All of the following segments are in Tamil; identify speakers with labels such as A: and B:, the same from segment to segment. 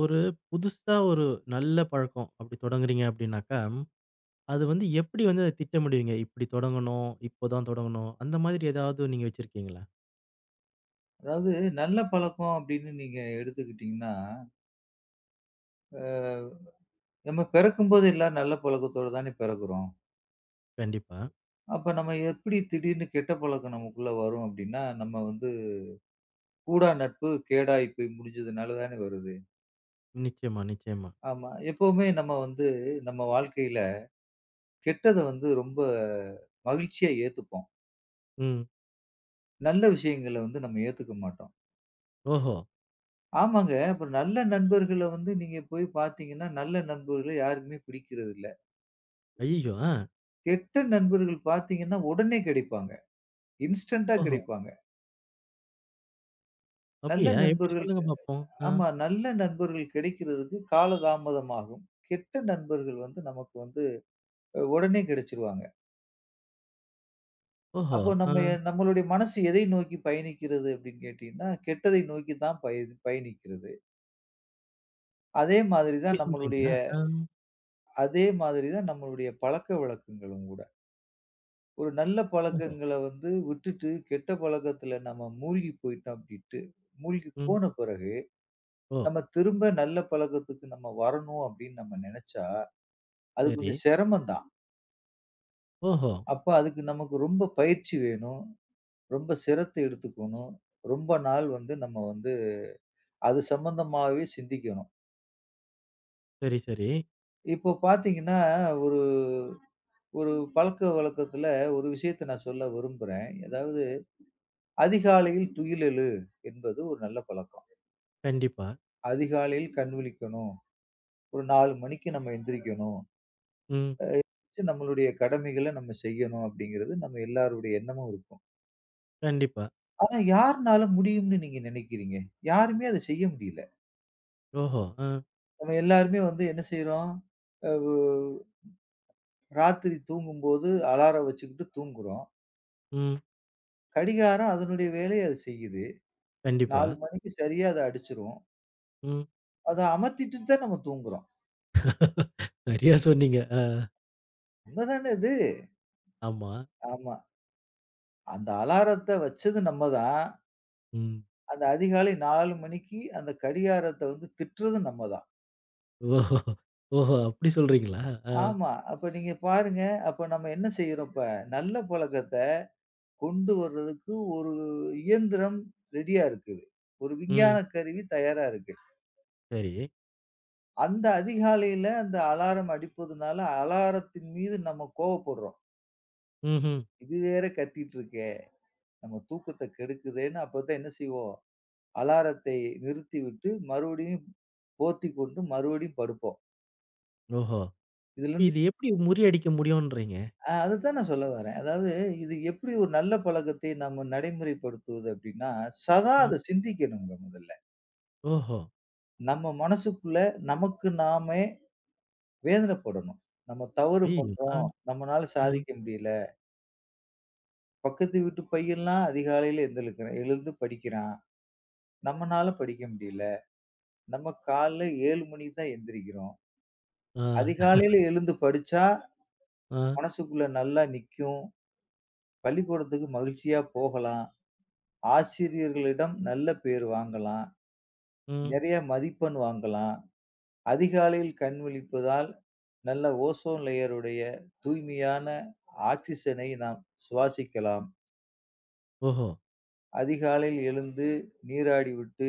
A: ஒரு புதுசா ஒரு நல்ல பழக்கம் அப்படி தொடங்குறீங்க அப்படின்னாக்கா, அது வந்து எப்படி வந்து அதை திட்டமிடுவீங்க? இப்படி தொடங்கணும், இப்போதான் தொடங்கணும். அந்த மாதிரி ஏதாவது நீங்க வச்சிருக்கீங்களா?
B: அதாவது நல்ல பழக்கம் அப்படின்னு நீங்க எடுத்துக்கிட்டீங்கன்னா, அ நம்ம பிறக்கும்போது எல்லாரும் நல்ல பழக்கத்தோட தானே பிறக்குறோம்.
A: கண்டிப்பா.
B: அப்ப நம்ம எப்படி திடீர்னு கெட்ட பழக்கம் நமக்குள்ள வரும் அப்படின்னா, நம்ம வந்து கூடா நட்பு கேடாய் போய் முடிஞ்சதுனால தானே வருது.
A: நிச்சயமா, நிச்சயமா.
B: ஆமா. எப்பவுமே நம்ம வந்து நம்ம வாழ்க்கையில கெட்டத வந்து ரொம்ப மகிழ்ச்சியா ஏத்துப்போம்.
A: ம்.
B: நல்ல விஷயங்கள வந்து நம்ம ஏத்துக்க மாட்டோம்.
A: ஓஹோ!
B: ஆமாங்க. அப்ப நல்ல நண்பர்கள வந்து நீங்க போய் பார்த்தீங்கன்னா, நல்ல நண்பர்கள யாருக்குமே பிடிக்கிறதில்ல.
A: ஐய்யயோ! ஆ.
B: கெட்ட நண்பர்கள் பார்த்தீங்கன்னா, உடனே கிடைப்பாங்க. இன்ஸ்டன்ட்டா
A: ஓஹோ!
B: கிடைப்பாங்க. நல்ல
A: அப்படியா? எப்படி
B: நண்பர்களுக்கு
A: சொல்லுங்க பாப்போம். ஆ.
B: ஆமா. நல்ல நண்பர்கள் கிடைக்கிறதுக்கு காலதாமதமாகும். கெட்ட நண்பர்கள் வந்து நமக்கு வந்து உடனே கிடைச்சுருவாங்க.
A: ஓஹோ!
B: அப்போ
A: ஆ.
B: நம்ம நம்மளுடைய மனசு எதை நோக்கி பயணிக்கிறது அப்படின்னு கேட்டீங்கன்னா, கெட்டதை நோக்கி தான் பயணிக்கிறது. அதே மாதிரி
A: அப்படி
B: தான் நம்மளுடைய
A: சொல்றீங்களா? ஆ.
B: அதே மாதிரி தான் நம்மளுடைய பழக்கவழக்கங்களும் கூட. ஒரு நல்ல
A: ஓஹோ!
B: பழக்கங்கள வந்து விட்டுட்டு, கெட்ட பழக்கத்துல நம்ம மூழ்கி போயிட்டோம் அப்படின்ட்டு மூழ்கி
A: ம்.
B: போன பிறகு
A: ஓ!
B: நம்ம திரும்ப நல்ல பழக்கத்துக்கு நம்ம வரணும் அப்படின்னு நம்ம நினைச்சா, அது
A: சரி.
B: கொஞ்சம் சிரமம் தான்.
A: ஓஹோ!
B: அப்ப அதுக்கு நமக்கு ரொம்ப பயிற்சி வேணும். ரொம்ப சிரத்த எடுத்துக்கணும். ரொம்ப நாள் வந்து நம்ம வந்து அது சம்பந்தமாவே சிந்திக்கணும்.
A: சரி, சரி.
B: இப்போ பார்த்தீங்கன்னா, ஒரு ஒரு பழக்கவழக்கத்துல ஒரு விஷயத்த நான் சொல்ல விரும்புறேன். அதாவது அதிகாலையில் என்பது ஒரு நல்ல பழக்கம்.
A: கண்டிப்பா.
B: அதிகாலையில் கண் விழிக்கணும். ஒரு 4 மணிக்கு நம்ம எந்திரிக்கணும்.
A: ம்.
B: சரி, நம்மளுடைய கடமைகள நம்ம செய்யணும் அப்படிங்கிறது நம்ம எல்லாருடைய எண்ணமும் இருக்கும்.
A: கண்டிப்பா.
B: ஆனா யார்னால முடியும்னு நீங்க நினைக்கிறீங்க? யாருமே அத செய்ய முடியல.
A: ஓஹோ! ஆ.
B: நம்ம எல்லாருமே வந்து என்ன செய்றோம்? அ ஒ ராத்திரி தூங்கும்போது அலாரம் வச்சுக்கிட்டு தூங்குறோம்.
A: ம்.
B: கடிகாரம் அதனுடைய வேலைய அது செய்யுது.
A: கண்டிப்பா.
B: 4 மணிக்கு சரியா அத அடிச்சுரும்.
A: ம்.
B: அத அமர்த்திட்டு தான் நம்ம தூங்குறோம்.
A: சரியா சொன்னீங்க. ஆ.
B: உண்மதானே இது?
A: ஆமா.
B: ஆமா. அந்த அலாரத்த வச்சது நம்ம தான்.
A: ம்.
B: அந்த அதிகாலை 4 மணிக்கு அந்த கடிகாரத்த வந்து திட்டுறது நம்ம தான்.
A: ஓஹோ! ஓஹோ! அப்படி சொல்றீங்களா? ஆ.
B: ஆமா. அப்ப நீங்க பாருங்க. அப்ப நம்ம என்ன செய்றோம் இப்ப? நல்ல பழக்க கொண்டு வர்றதுக்கு ஒரு இயந்திரம் ரெடியா இருக்குது. ஒரு
A: ம்.
B: விஞ்ஞான கருவி தயாரா இருக்கு.
A: சரி.
B: அந்த அதிகாலையில அந்த அலாரம் அடிப்பதுனால, அலாரத்தின் மீது நம்ம கோவப்படுறோம்.
A: ம்ஹ்ம்.
B: "இது வேற கத்திட்டு இருக்கே! நம்ம தூக்கத்த கெடுக்குதேன்னு" அப்பதான் என்ன செய்வோம்? அலாரத்தை நிறுத்திவிட்டு மறுபடியும் போத்திக் கொண்டு மறுபடியும் படுப்போம்.
A: ஓஹோ!
B: இதுலருந்து
A: இது எப்படி முறியடிக்க முடியும்ன்றீங்க?
B: அதத்தான் நான் சொல்ல வரேன். அதாவது இது எப்படி ஒரு நல்ல பழக்கத்தை நம்ம நடைமுறைப்படுத்துவது அப்படின்னா, சதா
A: ம்.
B: அத சிந்திக்கணுங்க முதல்ல.
A: ஓஹோ!
B: நம்ம மனசுக்குள்ள நமக்கு நாமே வேதனைப்படணும். நம்ம தவறு
A: ஐயயோ! ஆ.
B: பண்றோம். நம்மனால
A: ம்.
B: சாதிக்க முடியல. பக்கத்து வீட்டு பையன்லாம் அதிகாலையில எந்திரிக்கிறான் எழுந்து படிக்கிறான். நம்மனால படிக்க முடியல. நம்ம காலைல 7 மணிக்கு தான் எந்திரிக்கிறோம்.
A: ஆ.
B: அதிகாலையில எழுந்து படிச்சா
A: ஆ.
B: மனசுக்குள்ள நல்லா நிக்கும். பள்ளிக்கூடத்துக்கு மகிழ்ச்சியா போகலாம். ஆசிரியர்களிடம் நல்ல பேர் வாங்கலாம்.
A: ம்.
B: நிறைய மதிப்பெண் வாங்கலாம். அதிகாலையில் கண் விழிப்பதால் நல்ல ஓசோன் லேயருடைய தூய்மையான ஆக்ஸிஜனை நாம் சுவாசிக்கலாம்.
A: ஓஹோ!
B: அதிகாலையில் எழுந்து நீராடிவிட்டு,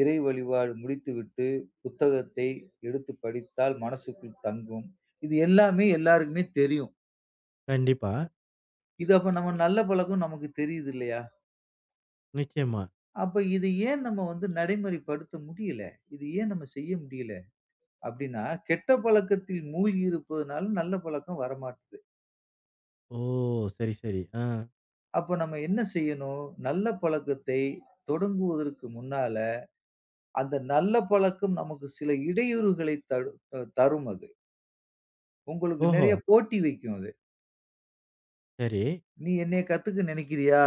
B: இறை வழிபாடு முடித்துவிட்டு, புத்தகத்தை எடுத்து படித்தால் மனசுக்குள் தங்கும். இது எல்லாமே எல்லாருக்குமே தெரியும்.
A: கண்டிப்பா.
B: இது அப்ப நம்ம நல்ல பழக்கம் நமக்கு தெரியுது இல்லையா?
A: நிச்சயமா.
B: அப்ப இது ஏன் நம்ம வந்து நடைமுறைப்படுத்த முடியல? இது ஏன் நம்ம செய்ய முடியல? அப்படின்னா, கெட்ட பழக்கத்தில் மூழ்கி இருப்பதனால நல்ல பழக்கம் வரமாட்டுது.
A: ஓ! சரி, சரி. ஆ.
B: அப்ப நம்ம என்ன செய்யணும்? நல்ல பழக்கத்தை தொடங்குவதற்கு முன்னால, அந்த நல்ல பழக்கம் நமக்கு சில இடையூறுகளை தரும் அது. உங்களுக்கு
A: ஓஹோ!
B: நெறைய போட்டி வைக்கும் அது.
A: சரி.
B: "நீ என்னைய கத்துக்க நெனைக்கிறியா?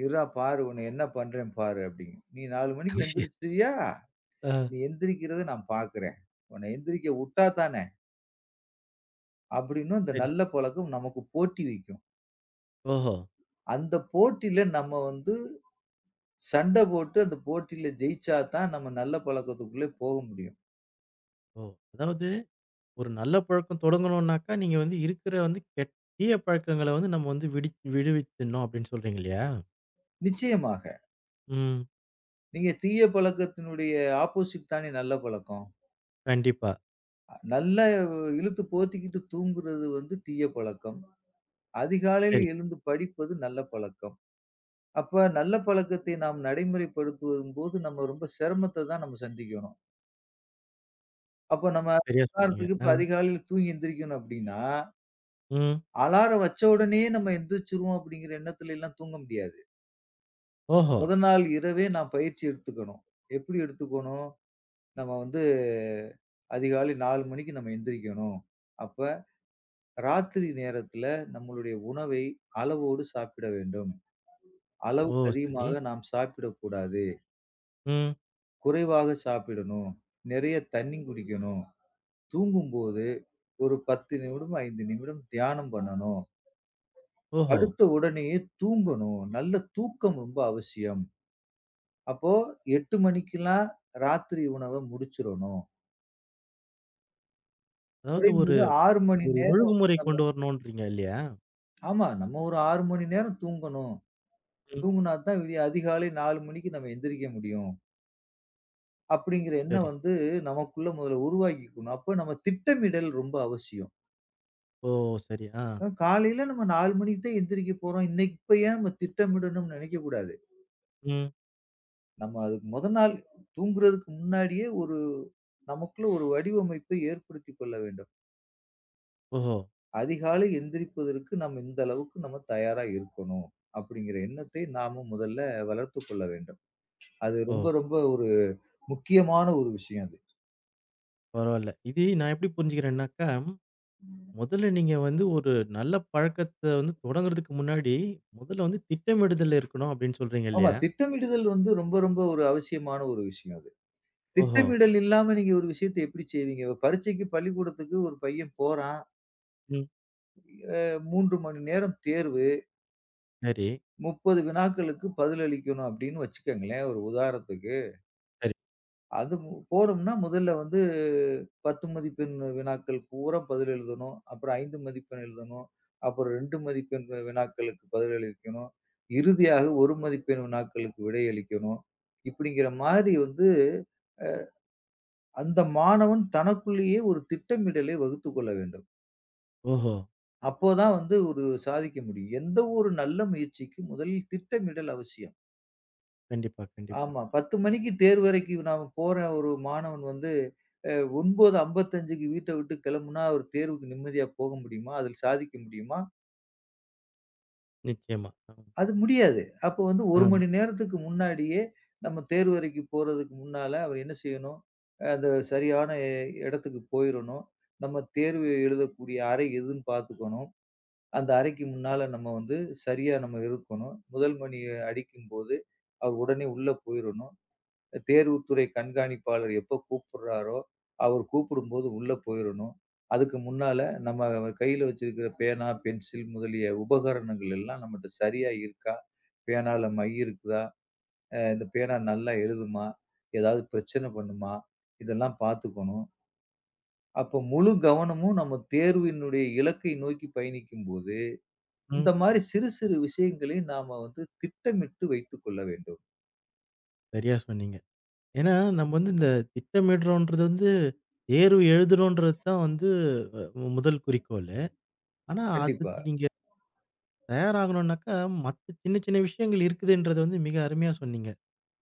B: இருடா பாரு உன்னை என்ன பண்றேன் பாரு" அப்படிங்கும். "நீ 4 மணிக்கு எந்திரிச்சிட்டியா?
A: ஆ.
B: நீ எந்திரிக்கிறத நான் பார்க்கிறேன். உன்னை எந்திரிக்க வுட்டா தானே!" அப்படின்னு அந்த
A: சரி,
B: நல்ல
A: சரி.
B: பழக்கம் நமக்கு போட்டி வைக்கும்.
A: ஓஹோ!
B: அந்த போட்டியில நம்ம வந்து சண்ட போட்டு அந்த போட்டியில ஜெயிச்சா தான் நம்ம நல்ல பழக்கத்துக்குள்ளே போக முடியும்.
A: ஓ! அதாவது ஒரு நல்ல பழக்கம் தொடங்கணும்னாக்கா, நீங்க வந்து இருக்கிற வந்து தீய பழக்கங்கள வந்து நம்ம வந்து விடுவிச்சிடணும் அப்படின்னு சொல்றீங்க இல்லையா?
B: நிச்சயமாக.
A: ம்.
B: நீங்க தீய பழக்கத்தினுடைய ஆப்போசிட் தானே நல்ல பழக்கம்.
A: கண்டிப்பா.
B: நல்லா இழுத்து போத்திக்கிட்டு தூங்குறது வந்து தீய பழக்கம். அதிகாலையில்
A: சரி.
B: எழுந்து படிப்பது நல்ல பழக்கம். அப்ப நல்ல பழக்கத்தை நாம் நடைமுறைப்படுத்தும் போது நம்ம ரொம்ப சிரமத்த தான் நம்ம சந்திக்கணும். அப்ப நம்ம
A: சரியா சொன்னீங்க.
B: உதாரணத்துக்கு
A: ஆ.
B: இப்ப அதிகாலையில தூங்கி எந்திரிக்கணும் அப்டின்னா,
A: ம்.
B: அலாரம் வச்ச உடனேயே நம்ம எந்திரிச்சுருவோம் அப்டிங்கிற எண்ணத்துல எல்லாம் தூங்க முடியாது.
A: ஓஹோ!
B: மொத நாள் இரவே நான் பயிற்சி எடுத்துக்கணும். எப்டி எடுத்துக்கணும்? நம்ம வந்து அதிகாலை 4 மணிக்கு நம்ம எந்திரிக்கணும். அப்ப ராத்திரி நேரத்துல நம்மளுடைய உணவை அளவோடு சாப்பிட வேண்டும்.
A: ஓ!
B: அளவுக்கு
A: சரி.
B: அதிகமாக நாம் சாப்பிடக்கூடாது.
A: ம்.
B: குறைவாக சாப்பிடணும். நிறைய தண்ணி குடிக்கணும். தூங்கும்போது ஒரு 10 நிமிடம், 5 நிமிடம் தியானம் பண்ணணும்.
A: ஓஹோ!
B: படுத்த உடனேயே தூங்கணும். நல்ல தூக்கம் ரொம்ப அவசியம். அப்போ 8 மணிக்கெல்லாம் ராத்திரி உணவ முடிச்சிரணும்.
A: அதாவது ஒரு
B: குறைந்தது 6 மணி
A: ஒரு
B: நேரம்
A: ஒழுங்குமுறை
B: நம்ம
A: கொண்டு வரணும்ன்றீங்க இல்லையா?
B: ஆமா. நம்ம ஒரு 6 மணி நேரம் தூங்கணும்.
A: ம்.
B: தூங்குனா தான் விடிய அதிகாலை 4 மணிக்கு நம்ம எந்திரிக்க முடியும். அப்படிங்கிற எண்ணம்
A: சரி.
B: வந்து நமக்குள்ள முதல்ல உருவாக்கிக்கணும். அப்ப நம்ம திட்டமிடல் ரொம்ப அவசியம்.
A: ஓ! சரி. ஆ.
B: காலையில நம்ம 4 மணிக்கு தான் எந்திரிக்க போறோம். இன்னைக்கு இப்ப ஏன் நம்ம திட்டமிடணும்னு நினைக்கக்கூடாது.
A: ம்.
B: நம்ம அதுக்கு மொத நாள் தூங்குறதுக்கு முன்னாடியே ஒரு நமக்குள்ள ஒரு வடிவமைப்பை ஏற்படுத்திக் கொள்ள வேண்டும்.
A: ஓஹோ!
B: அதிகாலை எந்திரிப்பதற்கு நம்ம இந்த அளவுக்கு நம்ம தயாரா இருக்கணும். அப்படிங்கிற எண்ணத்தை நாம முதல்ல வளர்த்துக் கொள்ள வேண்டும். அது
A: ஓ!
B: ரொம்ப ரொம்ப ஒரு முக்கியமான ஒரு விஷயம் அது.
A: பரவால்ல. இது நான் எப்படி புரிஞ்சுக்கிறேன்னாக்கா,
B: ம்.
A: முதல்ல நீங்க வந்து ஒரு நல்ல பழக்கத்த வந்து தொடங்குறதுக்கு முன்னாடி, முதல்ல வந்து திட்டமிடுதல் இருக்கணும் அப்படின்னு சொல்றீங்க
B: ஆமா
A: இல்லையா?
B: திட்டமிடுதல் வந்து ரொம்ப ரொம்ப ஒரு அவசியமான ஒரு விஷயம் அது.
A: ஓஹோ!
B: திட்டமிடல் இல்லாம நீங்க ஒரு விஷயத்த எப்படி செய்வீங்க? இப்ப பரீட்சைக்கு பள்ளிக்கூடத்துக்கு ஒரு பையன் போறான்.
A: ம்.
B: 3 மணி நேரம் தேர்வு.
A: சரி,
B: 30 வினாக்களுக்கு பதிலளிக்கணும் அப்படின்னு வச்சுக்கங்களேன், ஒரு உதாரணத்துக்கு.
A: சரி.
B: அது போனோம்னா முதல்ல வந்து 10 மதிப்பெண் வினாக்கள் பூரா பதில் எழுதணும். அப்புறம் 5 மதிப்பெண் எழுதணும். அப்புறம் 2 மதிப்பெண் வினாக்களுக்கு பதிலளிக்கணும். இறுதியாக 1 மதிப்பெண் வினாக்களுக்கு விடையளிக்கணும். இப்படிங்கிற மாரி வந்து அந்த மாணவன் தனக்குள்ளேயே ஒரு திட்டமிடலை வகுத்துக் கொள்ள வேண்டும்.
A: ஓஹோ!
B: அப்போதான் வந்து ஒரு சாதிக்க முடியும். எந்த ஒரு நல்ல முயற்சிக்கும் முதலில் திட்டமிடல் அவசியம்.
A: கண்டிப்பா, கண்டிப்பா.
B: ஆமா. 10 மணிக்கு தேர்வறைக்கு நாம போற ஒரு மாணவன் வந்து 9:55க்கு வீட்ட விட்டு கிளம்புனா, ஒரு தேர்வுக்கு நிம்மதியா போக முடியுமா? அதில் சாதிக்க முடியுமா?
A: நிச்சயமா. ஆ.
B: அது முடியாது. அப்போ வந்து 1
A: ஆ.
B: மணி நேரத்துக்கு முன்னாடியே நம்ம தேர்வறைக்கு போறதுக்கு முன்னால அவர் என்ன செய்யணும்? அந்த சரியான இடத்துக்கு போயிரணும். நம்ம தேர்வு எழுதக்கூடிய அறை எதுன்னு பார்த்துக்கணும். அந்த அறைக்கு முன்னால நம்ம வந்து சரியா நம்ம இருக்கணும். முதல் மணி அடிக்கும்போது அவர் உடனே உள்ள போயிரணும். தேர்வுத்துறை கண்காணிப்பாளர் எப்போ கூப்பிடுறாரோ, அவர் கூப்பிடும்போது உள்ள போயிரணும். அதுக்கு முன்னால நம்ம கையில வச்சிருக்கிற பேனா, பென்சில் முதலிய உபகரணங்கள் எல்லாம் நம்மட்ட சரியா இருக்கா? பேனால மை இருக்குதா? இந்த பேனா நல்லா எழுதுமா? ஏதாவது பிரச்சனை பண்ணுமா? இதெல்லாம் பார்த்துக்கணும். அப்போ முழு கவனமும் நம்ம தேர்வினுடைய இலக்கை நோக்கி பயணிக்கும்போது,
A: ம்.
B: இந்த மாரி சிறு சிறு விஷயங்களை நாம வந்து திட்டமிட்டு வைத்துக் கொள்ள வேண்டும்.
A: சரியா சொன்னீங்க. ஏன்னா, நம்ம வந்து இந்த திட்டமிடுறோன்றது வந்து, தேர்வு எழுதுறோன்றது தான் வந்து அ முதல் குறிக்கோளு. ஆனா,
B: கண்டிப்பா.
A: அதுக்கு நீங்க தயாராகணும்னாக்கா, மத்த சின்ன சின்ன விஷயங்கள் இருக்குதுன்றத வந்து மிக அருமையா சொன்னீங்க.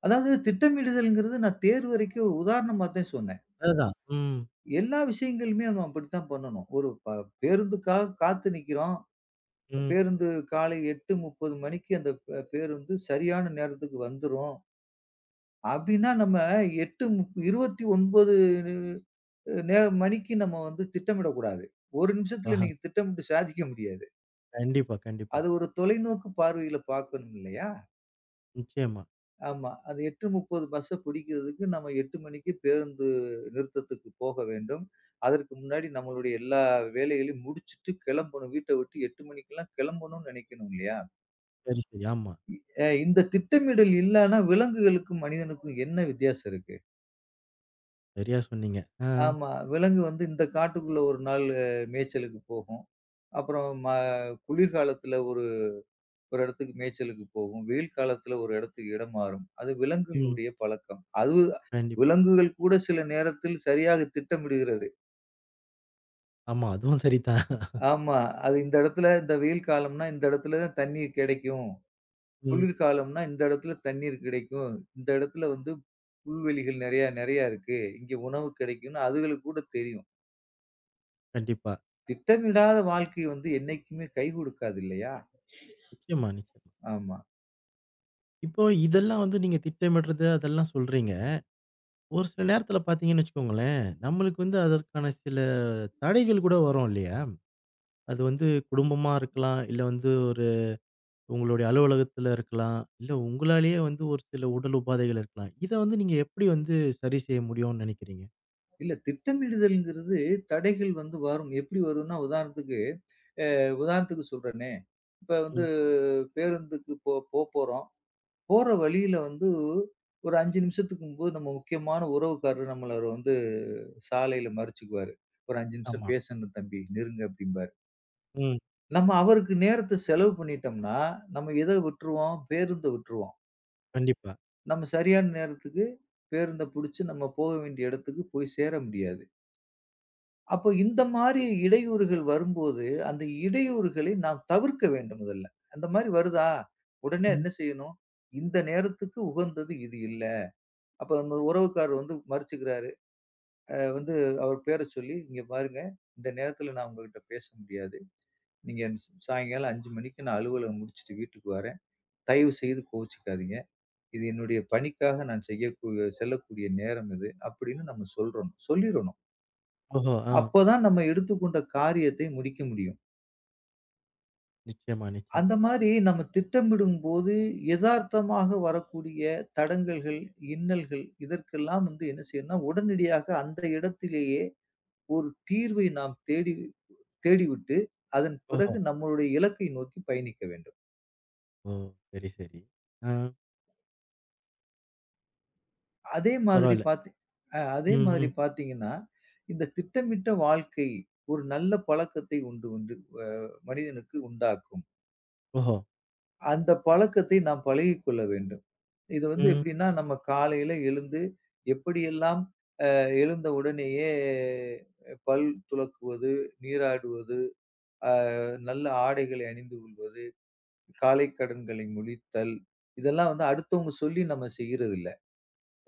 B: அதாவது திட்டமிடுதல்ங்கிறது நான் தேர்வு வரைக்கும் ஒரு உதாரணமா தான் சொன்னேன்.
A: அதுதான். ம்,
B: எல்லா விஷயங்களுமே நம்ம அப்படித்தான் பண்ணணும். ஒரு பேருந்துக்காக காத்து நிக்கிறோம்.
A: ம்.
B: பேருந்து காலை 8:30 மணிக்கு அந்த பேருந்து சரியான நேரத்துக்கு வந்துரும். அப்படின்னா நம்ம 8 முப் 29 மணிக்கு நம்ம வந்து திட்டமிடக்கூடாது. 1 நிமிஷத்துல
A: ஆஹா.
B: நீங்க திட்டமிட்டு சாதிக்க முடியாது.
A: கண்டிப்பா, கண்டிப்பா.
B: அது ஒரு தொலைநோக்கு பார்வையில பார்க்கணும் இல்லையா?
A: நிச்சயமா.
B: ஆமா. அது 8:30 பஸ்ஸ புடிக்கிறதுக்கு நம்ம 8 மணிக்கு பேருந்து நிறுத்தத்துக்கு போக வேண்டும். அதற்கு முன்னாடி நம்மளுடைய எல்லா வேலைகளையும் முடிச்சுட்டு கிளம்பணும். வீட்ட விட்டு 8 மணிக்கெல்லாம் கிளம்பணும்னு நினைக்கணும் இல்லையா?
A: சரி, சரி. ஆமா.
B: இந்த திட்டமிடல் இல்லன்னா விலங்குகளுக்கும், மனிதனுக்கும் என்ன வித்தியாசம் இருக்கு?
A: சரியா சொன்னீங்க. ஆ,
B: ஆமா. விலங்கு வந்து இந்த காட்டுக்குள்ள ஒரு நாள் மேய்ச்சலுக்கு போகும். அப்புறம் குளிர்காலத்துல ஒரு ஒரு இடத்துக்கு மேய்ச்சலுக்கு போகும். வெயில் காலத்துல ஒரு இடத்துக்கு இடம் மாறும். அது
A: ம்.
B: விலங்குகளுடைய பழக்கம். அது
A: கண்டிப்பா.
B: விலங்குகள் கூட சில நேரத்தில் சரியாக திட்டமிடுகிறது.
A: ஆமா. அதுவும் சரிதான்.
B: ஆமா. அது இந்த இடத்துல இந்த வெயில் காலம்னா இந்த இடத்துல தான் தண்ணீர் கிடைக்கும்.
A: ம்.
B: குளிர்காலம்னா இந்த இடத்துல தண்ணீர் கிடைக்கும். இந்த இடத்துல வந்து புல்வெளிகள் நெறையா நெறையா இருக்கு. இங்க உணவு கிடைக்கும்னு அதுகளுக்கு கூட தெரியும்.
A: கண்டிப்பா.
B: திட்டமிடாத வாழ்க்கை வந்து என்னைக்குமே கை கொடுக்காது இல்லையா?
A: நிச்சயமா, நிச்சயமா.
B: ஆமா.
A: இப்போ இதெல்லாம் வந்து நீங்க திட்டமிடுறது அதெல்லாம் சொல்றீங்க. ஒரு சில நேரத்துல பார்த்தீங்கன்னு வச்சுக்கோங்களேன், நம்மளுக்கு வந்து அதற்கான சில தடைகள் கூட வரும் இல்லையா? அது வந்து குடும்பமா இருக்கலாம், இல்ல வந்து ஒரு உங்களுடைய அலுவலகத்துல இருக்கலாம், இல்ல உங்களாலேயே வந்து ஒரு சில உடல் உபாதைகள் இருக்கலாம். இத வந்து நீங்க எப்படி வந்து சரி செய்ய முடியும்னு நினைக்கிறீங்க?
B: இல்ல திட்டமிடுதல்ங்கிறது தடைகள் வந்து வரும். எப்படி வரும்னா உதாரணத்துக்கு உதாரணத்துக்கு சொல்றேனே, இப்ப வந்து
A: ம்.
B: பேருந்துக்கு போ போ போறோம். போற வழியில வந்து ஒரு 5 நிமிஷத்துக்கும்போது நம்ம முக்கியமான உறவுக்காரர் நம்மள வந்து சாலையில மறிச்சுக்குவாரு. "ஒரு 5 நிமிஷம்
A: ஆமா.
B: பேசணும் தம்பி, நெருங்க" அப்படிம்பாரு.
A: ம்.
B: நம்ம அவருக்கு நேரத்த செலவு பண்ணிட்டோம்னா, நம்ம எத விட்டுருவோம்? பேருந்த விட்டுருவோம்.
A: கண்டிப்பா.
B: நம்ம சரியான நேரத்துக்கு பேருந்த புடிச்சு நம்ம போக வேண்டிய இடத்துக்கு போய் சேர முடியாது. அப்போ இந்த மாரி இடையூறுகள் வரும்போது, அந்த இடையூறுகளை நாம் தவிர்க்க வேண்டும் முதல்ல. அந்த மாரி வருதா? உடனே
A: ம்.
B: என்ன செய்யணும்? இந்த நேரத்துக்கு உகந்தது இது இல்ல. அப்ப நம்ம உறவுக்காரர் வந்து மறுச்சுக்கிறாரு. அ வந்து அவர் பேர சொல்லி, "இங்க பாருங்க, இந்த நேரத்துல நான் உங்ககிட்ட பேச முடியாது. நீங்க சாயங்காலம் 5 மணிக்கு நான் அலுவலகம் முடிச்சுட்டு வீட்டுக்கு வரேன். தயவு செய்து கோவிச்சுக்காதீங்க. இது என்னுடைய பணிக்காக நான் செய்யக்கூடிய செல்லக்கூடிய நேரம் இது." அப்படின்னு நம்ம சொல்றணும். சொல்லிறணும்.
A: ஓஹோ! ஆ.
B: அப்பதான் நம்ம எடுத்துக்கொண்ட காரியத்தை முடிக்க முடியும்.
A: நிச்சயமா,
B: அந்த
A: நிச்சயமா.
B: மாரி நம்ம திட்டமிடும்போது, எதார்த்தமாக வரக்கூடிய தடங்கல்கள், இன்னல்கள் இதற்கெல்லாம் வந்து என்ன செய்யணும்னா, உடனடியாக அந்த இடத்திலேயே ஒரு தீர்வை நாம் தேடிவிட்டு, அதன்
A: ஓஹோ!
B: பிறகு நம்மளுடைய இலக்கை நோக்கி பயணிக்க வேண்டும்.
A: ஓ! சரி, சரி. ஆ
B: அதே மாதிரி
A: பரவால்ல.
B: பாத்தி அ அதே
A: ம்,
B: மாதிரி
A: ம்.
B: பாத்தீங்கன்னா, இந்த திட்டமிட்ட வாழ்க்கை ஒரு நல்ல பழக்கத்தை உண்டு உண்டு அ மனிதனுக்கு உண்டாக்கும்.
A: ஓஹோ!
B: அந்த பழக்கத்தை நாம் பழகிக்கொள்ள வேண்டும். இது வந்து
A: ம்.
B: எப்படின்னா, நம்ம காலையில எழுந்து எப்படியெல்லாம் எழுந்த உடனேயே பல் துலக்குவது, நீராடுவது, அ நல்ல ஆடைகளை அணிந்து கொள்வது, காலை கடன்களை முடித்தல், இதெல்லாம் வந்து அடுத்தவங்க சொல்லி நம்ம செய்யறதில்ல.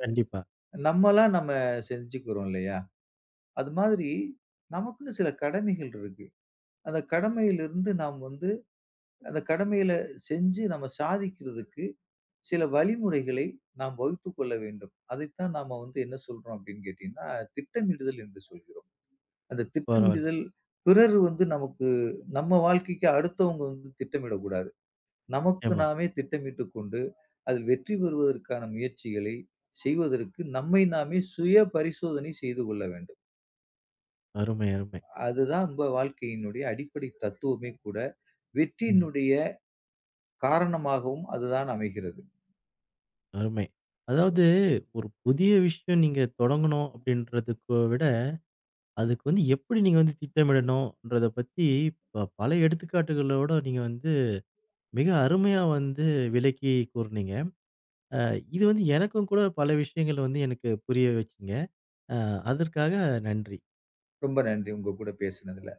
A: கண்டிப்பா.
B: நம்மளா நம்ம செஞ்சுக்கிறோம் இல்லையா? அது மாதிரி நமக்குன்னு சில கடமைகள் இருக்கு. அந்த கடமையிலிருந்து நாம் வந்து அந்த கடமையில செஞ்சு நம்ம சாதிக்கிறதுக்கு சில வழிமுறைகளை நாம் வகுத்துக் கொள்ள வேண்டும். அதைத்தான் நாம வந்து என்ன சொல்றோம் அப்படின்னு கேட்டீங்கன்னா, திட்டமிடுதல் என்று சொல்கிறோம். அந்த
A: பரவால்ல.
B: திட்டமிடுதல் பிறர் வந்து நமக்கு நம்ம வாழ்க்கைக்கு அடுத்தவங்க வந்து திட்டமிடக்கூடாது. நமக்கு
A: நிச்சயமா.
B: நாமே திட்டமிட்டுக் கொண்டு, அதில் வெற்றி பெறுவதற்கான முயற்சிகளை செய்வதற்கு நம்மை நாமே சுய பரிசோதனை செய்து கொள்ள வேண்டும்.
A: அருமை, அருமை.
B: அதுதான் நம்ம வாழ்க்கையினுடைய அடிப்படை தத்துவமே கூட.
A: ம்.
B: வெற்றியினுடைய காரணமாகவும் அதுதான் அமைகிறது.
A: அருமை. அதாவது ஒரு புதிய விஷயம் நீங்க தொடங்கணும் அப்படின்றதுக்கு விட, அதுக்கு வந்து எப்படி நீங்க வந்து திட்டமிடணும்ன்றத பத்தி பல எடுத்துக்காட்டுகளோட நீங்க வந்து மிக அருமையா வந்து விளக்கி கூறுனீங்க. அ இது வந்து எனக்கும் கூட பல விஷயங்கள் வந்து எனக்கு புரிய வச்சுங்க. அ அதற்காக நன்றி.
B: ரொம்ப நன்றி உங்க கூட பேசினதுல.